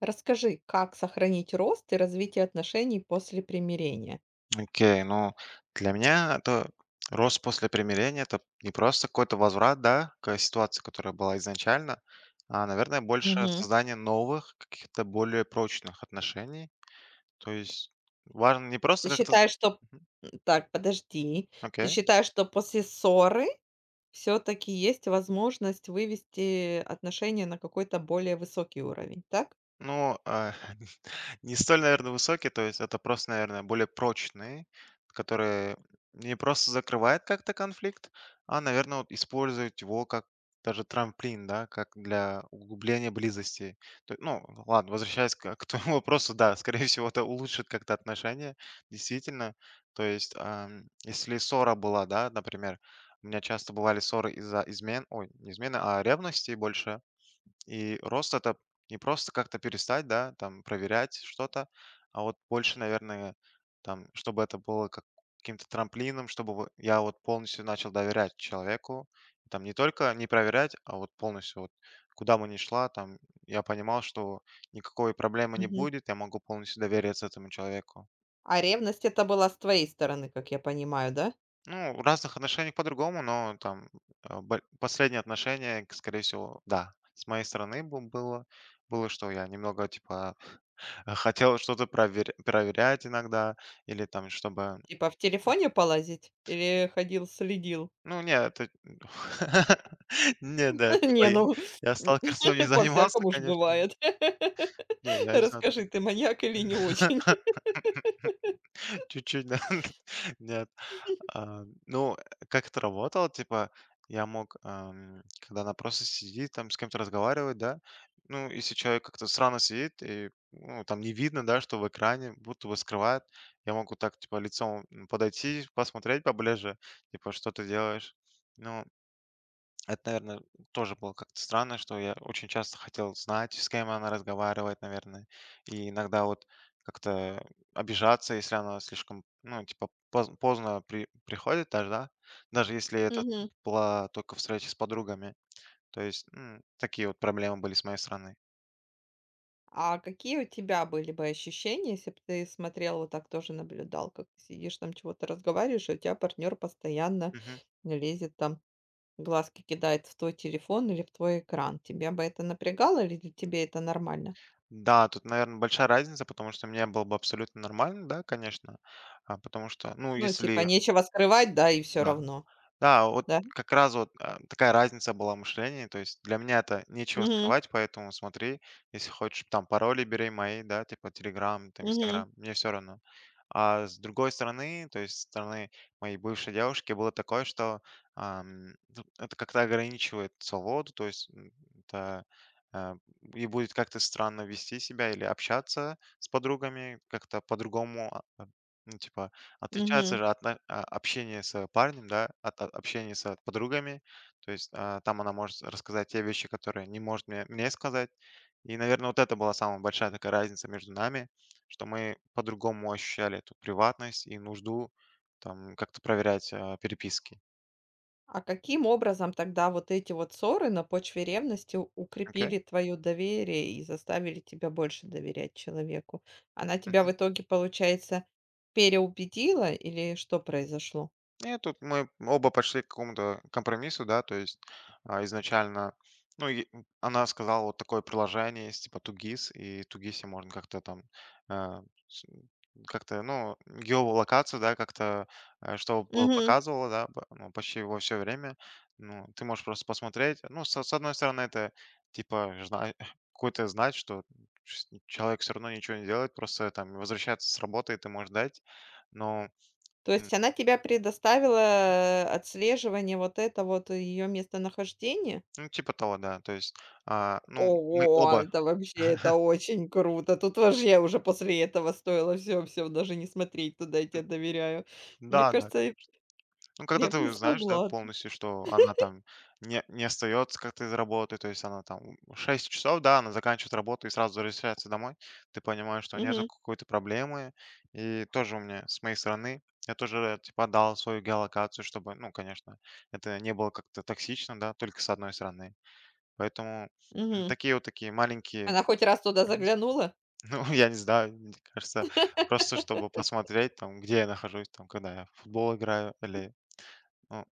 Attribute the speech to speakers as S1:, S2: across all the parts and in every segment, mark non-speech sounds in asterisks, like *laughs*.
S1: Расскажи, как сохранить рост и развитие отношений после примирения?
S2: Окей, ну, для меня это рост после примирения, это не просто какой-то возврат, да, к ситуации, которая была изначально, а, наверное, больше
S1: Мгм.
S2: создание новых, каких-то более прочных отношений. То есть важно не просто
S1: Ты
S2: как-то...
S1: считаешь, что
S2: Мгм.
S1: так, подожди. Ты
S2: Окей.
S1: считаешь, что после ссоры все-таки есть возможность вывести отношения на какой-то более высокий уровень, так?
S2: Ну, а, *laughs* не столь, наверное, высокие, то есть это просто, наверное, более прочные, которые не просто закрывают как-то конфликт, а, наверное, вот используют его как даже трамплин, да, как для углубления близости. Ладно, возвращаясь к твоему *laughs* вопросу, да, скорее всего, это улучшит как-то отношения, действительно. То есть, если ссора была, да, например, у меня часто бывали ссоры из-за измен, ой, не измены, а ревности больше, и рост это не просто как-то перестать, да, там проверять что-то, а вот больше, наверное, там, чтобы это было как каким-то трамплином, чтобы вот я вот полностью начал доверять человеку. Там не только не проверять, а вот полностью вот куда бы ни шла, там я понимал, что никакой проблемы не
S1: Мгм.
S2: будет, я могу полностью довериться этому человеку.
S1: А ревность это была с твоей стороны, как я понимаю, да?
S2: Ну, в разных отношениях по-другому, но там последнее отношение, скорее всего, да, с моей стороны было, было, что я немного, типа, хотел что-то проверять иногда или там, чтобы
S1: Типа в телефоне полазить или ходил, следил?
S2: ну не, это *laughs* Не, да,
S1: *laughs*
S2: это
S1: Не,
S2: мои
S1: ну,
S2: я сталкерством не
S1: *laughs*
S2: занимался,
S1: по-всякому ж
S2: конечно.
S1: бывает.
S2: Не,
S1: *laughs*
S2: я не знаю.
S1: Расскажи, ты маньяк или не очень? *laughs*
S2: *laughs* Чуть-чуть, да. *laughs* Нет. А, ну, как это работало, типа, я мог, когда она просто сидит, там с кем-то разговаривает, да, ну, если человек как-то странно сидит, и, ну, там не видно, да, что в экране будто бы скрывает, я могу так, типа, лицом подойти, посмотреть поближе, типа, что ты делаешь. Ну, это, наверное, тоже было как-то странно, что я очень часто хотел знать, с кем она разговаривает, наверное. И иногда вот как-то обижаться, если она слишком, ну, типа, поздно приходит даже, да? Даже если это
S1: Мгм.
S2: была только встреча с подругами. То есть такие вот проблемы были с моей стороны.
S1: А какие у тебя были бы ощущения, если бы ты смотрел, вот так тоже наблюдал, как ты сидишь там чего-то разговариваешь, и у тебя партнер постоянно
S2: Мгм.
S1: лезет там, глазки кидает в твой телефон или в твой экран? Тебя бы это напрягало или для тебе это нормально?
S2: Да, тут, наверное, большая разница, потому что мне было бы абсолютно нормально, да, конечно, потому что, ну,
S1: Ну, типа
S2: если,
S1: нечего скрывать, да, и все
S2: да,
S1: равно,
S2: Да, вот
S1: да?
S2: как раз вот, такая разница была в мышлении. То есть для меня это нечего
S1: Мгм.
S2: скрывать, поэтому смотри, если хочешь, там пароли бери мои, да, типа Телеграм, там
S1: Мгм.
S2: Инстаграм, мне все равно. А с другой стороны, то есть со стороны моей бывшей девушки было такое, что, ну, это как-то ограничивает свободу, то есть, это, а, и будет как-то странно вести себя или общаться с подругами как-то по-другому, ну, типа Отличается же отно общение с парнем, да, от общения с подругами. То есть, там она может рассказать те вещи, которые не может мне сказать. И, наверное, вот это была самая большая такая разница между нами, что мы по-другому ощущали эту приватность и нужду там как-то проверять, переписки.
S1: А каким образом тогда вот эти вот ссоры на почве ревности
S2: Окей.
S1: укрепили твое доверие и заставили тебя больше доверять человеку? Она тебя в итоге, получается, переубедила или что произошло?
S2: Нет, тут мы оба пошли к какому-то компромиссу, да, то есть изначально, ну, и она сказала, вот такое приложение есть, типа Тугис, и в Тугисе можно как-то там, а, с- как-то, ну, геолокацию, да, как-то, чтобы было
S1: Мгм.
S2: показывало, да, ну, почти во все время, ну, ты можешь просто посмотреть, ну, с одной стороны, это, типа, *laughs* какой-то знать, что человек все равно ничего не делает, просто там возвращается с работы, и ты можешь дать, но
S1: То есть она тебя предоставила отслеживание вот это вот ее местонахождение?
S2: Ну, типа того, да. То есть, ну, мы
S1: Ого,
S2: оба
S1: это вообще, это очень круто. Тут вообще уже после этого стоило все, все, даже не смотреть туда, я
S2: м,
S1: тебе доверяю.
S2: да,
S1: Мне
S2: да.
S1: кажется,
S2: Ну, когда
S1: я бы не
S2: ты знаешь, да,
S1: смогла.
S2: полностью, что она там не остается как-то из работы, то есть она там 6 часов, да, она заканчивает работу и сразу возвращается домой, ты понимаешь, что нету
S1: Мгм.
S2: какой-то проблемы. И тоже у меня, с моей стороны, я тоже, типа, дал свою геолокацию, чтобы, ну, конечно, это не было как-то токсично, да, только с одной стороны. Поэтому
S1: Мгм.
S2: такие вот такие маленькие
S1: Она хоть раз туда заглянула?
S2: Ну, *laughs* я не знаю, мне кажется, просто чтобы посмотреть, там, где я нахожусь, там, когда я в футбол играю или, ну,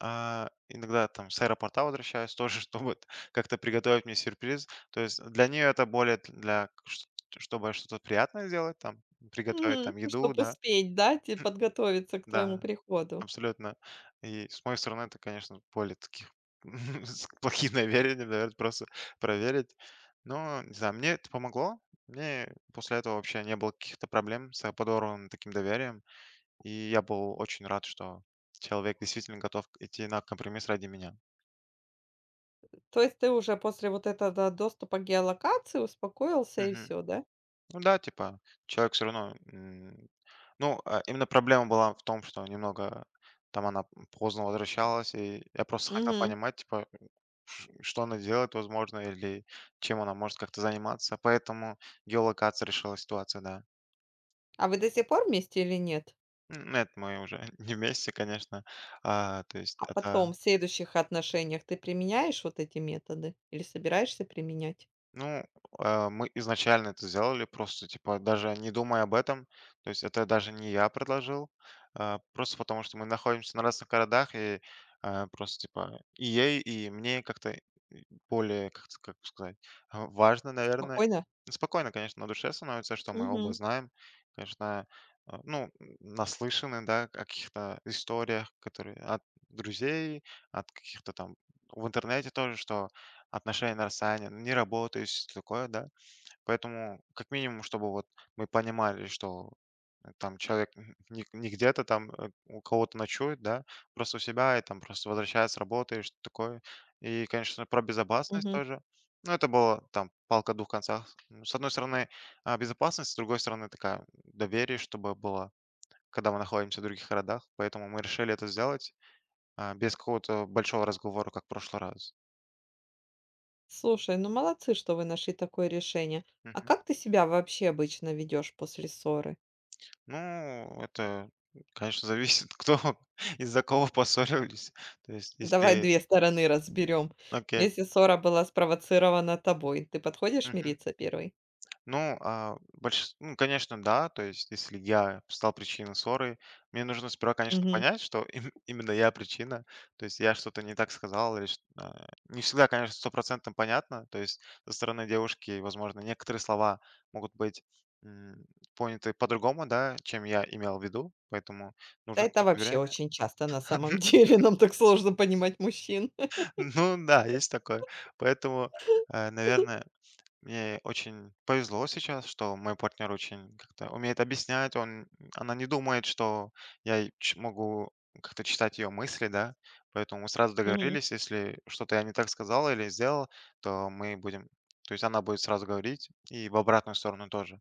S2: иногда там с аэропорта возвращаюсь тоже, *laughs* чтобы вот как-то приготовить мне сюрприз. То есть для нее это более для, чтобы что-то приятное сделать, там, приготовить там еду,
S1: Чтобы
S2: да,
S1: успеть, да, те подготовиться к твоему
S2: да,
S1: приходу.
S2: Абсолютно. И с моей стороны, это, конечно, поле таких *laughs* с плохих намерений, наверное, просто проверить. Но, не знаю, мне это помогло. Мне после этого вообще не было каких-то проблем с подорванным таким доверием. И я был очень рад, что человек действительно готов идти на компромисс ради меня.
S1: То есть ты уже после вот этого доступа к геолокации успокоился и
S2: Мгм.
S1: все, да?
S2: Ну да, типа, человек все равно... именно проблема была в том, что немного там она поздно возвращалась, и я просто хотел
S1: Мгм.
S2: понимать, типа, что она делает, возможно, или чем она может как-то заниматься. Поэтому геолокация решила ситуацию, да.
S1: А вы до сих пор вместе или нет?
S2: Это мы уже *laughs* не вместе, конечно. То есть
S1: А
S2: это
S1: потом, в следующих отношениях ты применяешь вот эти методы или собираешься применять?
S2: Ну, мы изначально это сделали, просто типа даже не думая об этом. То есть это даже не я предложил, просто потому что мы находимся на разных городах, и просто типа и ей, и мне как-то более, как, как сказать, важно, наверное.
S1: Спокойно?
S2: Спокойно, конечно, на душе становится, что мы оба
S1: Мгм,
S2: знаем. Конечно, ну, наслышаны, да, о каких-то историях, которые от друзей, от каких-то там в интернете тоже, что Отношения на расстоянии, не работаю, всё такое, да. Поэтому, как минимум, чтобы вот мы понимали, что там человек *laughs* н не не где-то там, у кого-то ночует, да, просто у себя и там просто возвращается с работы и что такое. И, конечно, про безопасность
S1: мгм.
S2: тоже. Ну, это было там палка о 2 концах. Ну, с одной стороны, безопасность, с другой стороны, такая доверие, чтобы было, когда мы находимся в других городах. Поэтому мы решили это сделать, без какого-то большого разговора, как в прошлый раз.
S1: Слушай, ну молодцы, что вы нашли такое решение. А как ты себя вообще обычно ведешь после ссоры?
S2: Ну, это, конечно, зависит, *laughs* кто из-за кого поссорились. То есть,
S1: Давай
S2: если
S1: 2 стороны разберем.
S2: окей.
S1: Если ссора была спровоцирована тобой, ты подходишь
S2: Мгм.
S1: мириться первый.
S2: Ну, а, больш ну, конечно, да. То есть, если я стал причиной ссоры, мне нужно сперва, конечно,
S1: Мгм.
S2: понять, что им именно я причина. То есть я что-то не так сказал или не всегда, конечно, стопроцентно понятно. То есть со стороны девушки, возможно, некоторые слова могут быть, м, поняты по-другому, да, чем я имел в виду, поэтому
S1: Да
S2: нужно
S1: это
S2: какое-то
S1: вообще
S2: время.
S1: очень часто на самом
S2: *laughs*
S1: деле, *laughs* нам так сложно понимать мужчин.
S2: Ну да, есть такое. Поэтому,
S1: *laughs*
S2: наверное, мне очень повезло сейчас, что мой партнер очень как-то умеет объяснять. Он, она не думает, что я могу как-то читать ее мысли, да. Поэтому мы сразу
S1: Мгм.
S2: договорились, если что-то я не так сказал или сделал, то мы будем, то есть она будет сразу говорить и в обратную сторону тоже.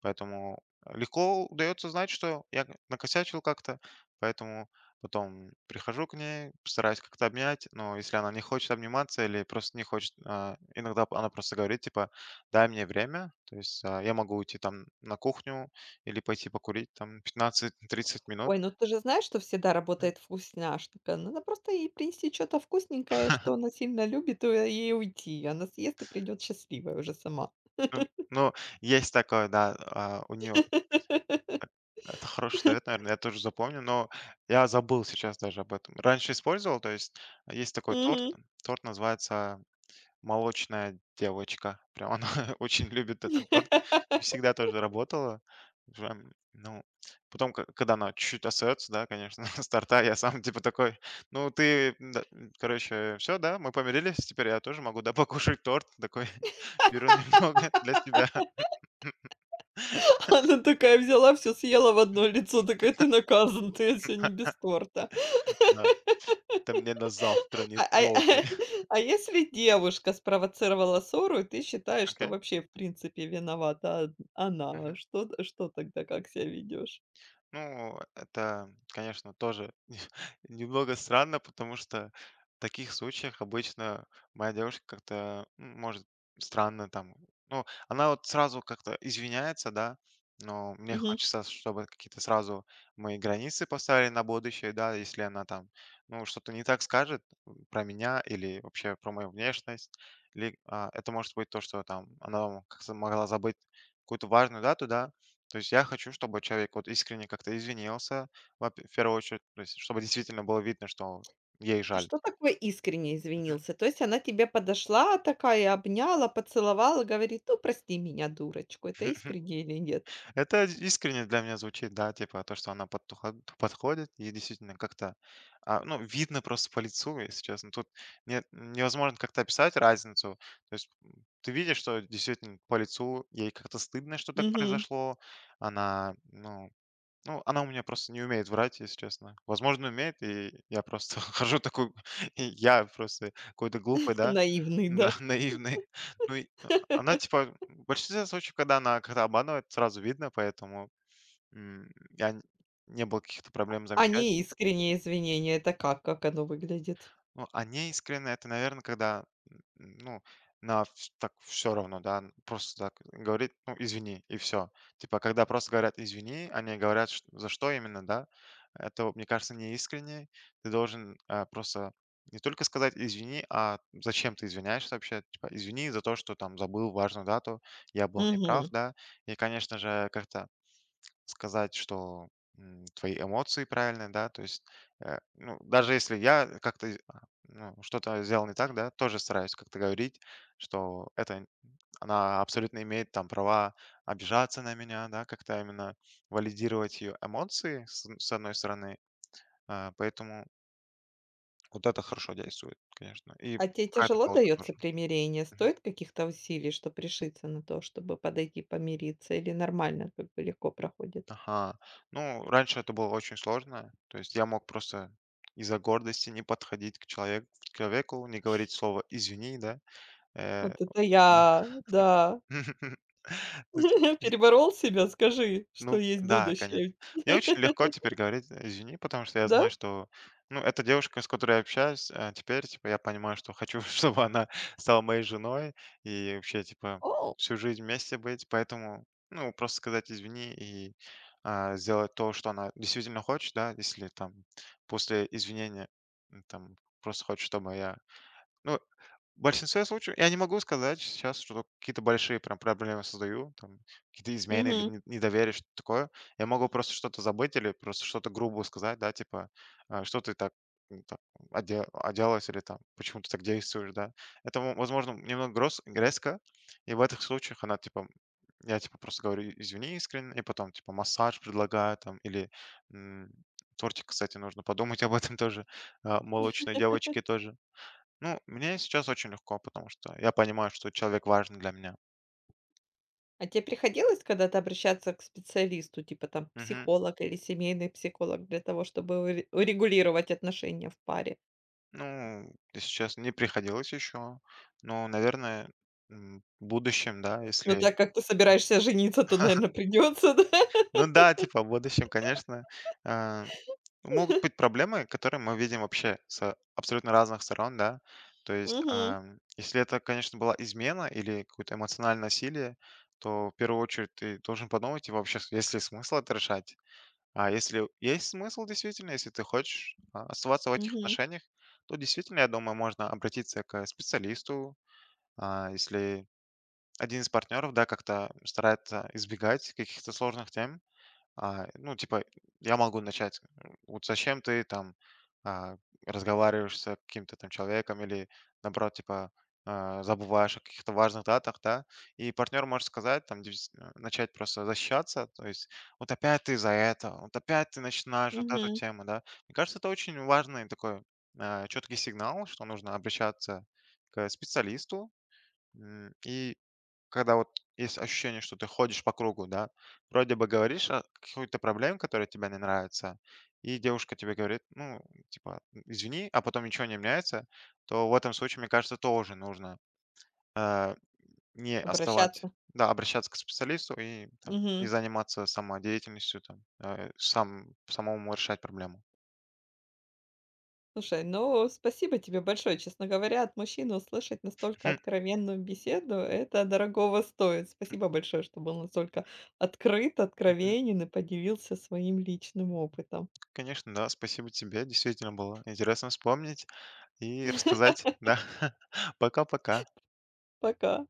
S2: Поэтому легко удается знать, что я накосячил как-то, поэтому потом прихожу к ней, стараюсь как-то обнять, но если она не хочет обниматься или просто не хочет, иногда она просто говорит, типа, дай мне время, то есть я могу уйти там на кухню или пойти покурить там пятнадцать-тридцать *laughs* минут.
S1: Ой, ну ты же знаешь, что всегда
S2: М,
S1: работает вкусняшка. Надо просто ей принести что то вкусненькое, что она сильно любит, и ей уйти. Она съест и придет счастливая уже сама.
S2: Ну, ну, есть такое, да, у нее
S1: *laughs*
S2: это хороший совет, наверное, я тоже запомню, но я забыл сейчас даже об этом. Раньше использовал, то есть есть такой торт,
S1: Мгм.
S2: торт называется Молочная девочка. Прям она *laughs* очень любит этот торт
S1: *laughs*
S2: и всегда тоже работала. Прям, ну, потом, к когда она чуть-чуть остается, да, конечно, *laughs* с торта, я сам типа такой: "Ну, ты, да, короче, все, да, мы помирились, теперь я тоже могу, да, *laughs* покушать торт". Такой *laughs* беру немного для себя. *laughs*
S1: Она такая взяла, все съела в одно лицо, такая: "Ты наказан, ты сегодня без торта". *laughs*
S2: Да. "Ты мне на завтра не
S1: А а
S2: трогай".
S1: *laughs*
S2: *laughs*
S1: а если девушка спровоцировала ссору, и ты считаешь, что
S2: Окей.
S1: вообще, в принципе, виновата она, что тогда, как себя ведешь?
S2: Ну, это, конечно, тоже *laughs* немного странно, потому что в таких случаях обычно моя девушка как-то может странно там. Ну, она вот сразу как-то извиняется, да, но мне
S1: Мгм.
S2: хочется, чтобы какие-то сразу мои границы поставили на будущее, да, если она там, ну, что-то не так скажет про меня или вообще про мою внешность. Или это может быть то, что там она как-то могла забыть какую-то важную дату, да, то есть я хочу, чтобы человек вот искренне как-то извинился, во в первую очередь, то есть чтобы действительно было видно, что ей жаль.
S1: Что такое искренне
S2: Мгм.
S1: извинился? То есть она тебе подошла такая, обняла, поцеловала, говорит: "Ну, прости меня, дурочку". Это
S2: *laughs*
S1: искренне или нет?
S2: Это искренне для меня звучит, да, типа то, что она подходит и действительно как-то, ну, видно просто по лицу, если честно. Тут нет, невозможно как-то описать разницу. То есть ты видишь, что действительно по лицу ей как-то стыдно, что так
S1: Мгм.
S2: произошло. Она, ну, Ну, она у меня просто не умеет врать, если честно. Возможно, умеет, и я просто *laughs* хожу такой, *laughs* и я просто какой-то глупый,
S1: *laughs*
S2: да,
S1: Наивный,
S2: да,
S1: да?
S2: *laughs* наивный. Она типа в большинстве случаев, когда она как-то обманывает, сразу видно, поэтому м, я н- не было каких-то проблем
S1: А не
S2: замечать.
S1: неискреннее извинение- это как? Как оно выглядит?
S2: Неискренно- это, наверное, когда, ну, на вс так все равно, да, н просто так говорит, ну, извини, и все. Типа, когда просто говорят извини, они говорят, чт за что именно, да, это, вот мне кажется, неискренне. Ты должен, просто не только сказать извини, а зачем ты извиняешься вообще. Типа, извини за то, что там забыл важную дату, я был неправ,
S1: Мгм.
S2: да. И, конечно же, как-то сказать, что, твои эмоции правильные, да, то есть, ну, даже если я как-то, ну, что-то сделал не так, да, тоже стараюсь как-то говорить, что она абсолютно имеет там права обижаться на меня, да, как-то именно валидировать ее эмоции с одной стороны, поэтому вот это хорошо действует, конечно, и
S1: А тебе
S2: какая-то
S1: тяжело
S2: пауза тоже.
S1: дается примирение? Стоит каких-то усилий, чтобы решиться на то, чтобы подойти помириться, или нормально как бы легко проходит?
S2: Ага. Ну, раньше это было очень сложно. То есть я мог просто из-за гордости не подходить к к человеку, не говорить слово "извини", да. Э,
S1: Вот это
S2: да.
S1: я, да.
S2: *laughs* То есть
S1: *laughs* Переборол себя? Скажи, что
S2: Ну
S1: есть
S2: да, конечно.
S1: будущее.
S2: Мне очень
S1: *laughs*
S2: легко теперь говорить "извини", потому что я знаю,
S1: Да?
S2: что, ну, эта девушка, с которой я общаюсь, теперь, типа, я понимаю, что хочу, *laughs* чтобы она стала моей женой и вообще, типа,
S1: О,
S2: всю жизнь вместе быть. Поэтому, ну, просто сказать "извини" и, сделать то, что она действительно хочет, да. Если там после извинения, там просто хочет, чтобы я ну, в большинстве случаев я не могу сказать сейчас, что какие-то большие прям проблемы создаю, там какие-то измены или
S1: мгм.
S2: недоверие, что-то такое. Я могу просто что-то забыть или просто что-то грубо сказать, да, типа, что ты так, так оделась или там, почему ты так действуешь, да. Это, возможно, немного резко, и в этих случаях она, типа, я, типа, просто говорю, извини искренне, и потом, типа, массаж предлагаю там, или м, тортик, кстати, нужно подумать об этом тоже, молочной девочке тоже. Ну, мне сейчас очень легко, потому что я понимаю, что человек важен для меня.
S1: А тебе приходилось когда-то обращаться к специалисту, типа там
S2: Мгм.
S1: психолог или семейный психолог, для того, чтобы урегулировать отношения в паре?
S2: Ну, если честно, не приходилось еще. Но, наверное, в будущем, да,
S1: Ну,
S2: если...
S1: так как ты собираешься жениться, то, наверное придется, *laughs* да?
S2: Ну да, типа, в будущем, конечно, э, могут быть проблемы, которые мы видим вообще с абсолютно разных сторон, да. То есть,
S1: Мгм,
S2: если это, конечно, была измена или какое-то эмоциональное насилие, то в первую очередь ты должен подумать, и вообще, есть ли смысл это решать. А если есть смысл действительно, если ты хочешь оставаться в этих
S1: мгм,
S2: отношениях, то действительно, я думаю, можно обратиться к специалисту, если один из партнеров, да, как-то старается избегать каких-то сложных тем, ну, типа, я могу начать. Вот зачем ты там а, разговариваешь с каким-то там человеком или, наоборот, типа, забываешь о каких-то важных датах, да? И партнер может сказать, там, начать просто защищаться, то есть, вот опять ты за это, вот опять ты начинаешь вот эту
S1: мгм.
S2: тему, да? Мне кажется, это очень важный такой четкий сигнал, что нужно обращаться к специалисту и когда вот есть ощущение, что ты ходишь по кругу, да, вроде бы говоришь о какой-то проблеме, которая тебе не нравится, и девушка тебе говорит, ну, типа, извини, а потом ничего не меняется, то в этом случае, мне кажется, тоже нужно э, не оставать,
S1: Обращаться.
S2: да, обращаться к специалисту и там, не
S1: Мгм.
S2: заниматься самодеятельностью, там, самому решать проблему.
S1: Слушай, ну, спасибо тебе большое. Честно говоря, от мужчины услышать настолько
S2: Мгм,
S1: откровенную беседу- это дорогого стоит. Спасибо большое, что был настолько открыт,
S2: мгм.
S1: откровенен и поделился своим личным опытом.
S2: Конечно, да, спасибо тебе, действительно было интересно вспомнить и рассказать, да. *laughs* Пока-пока.
S1: Пока.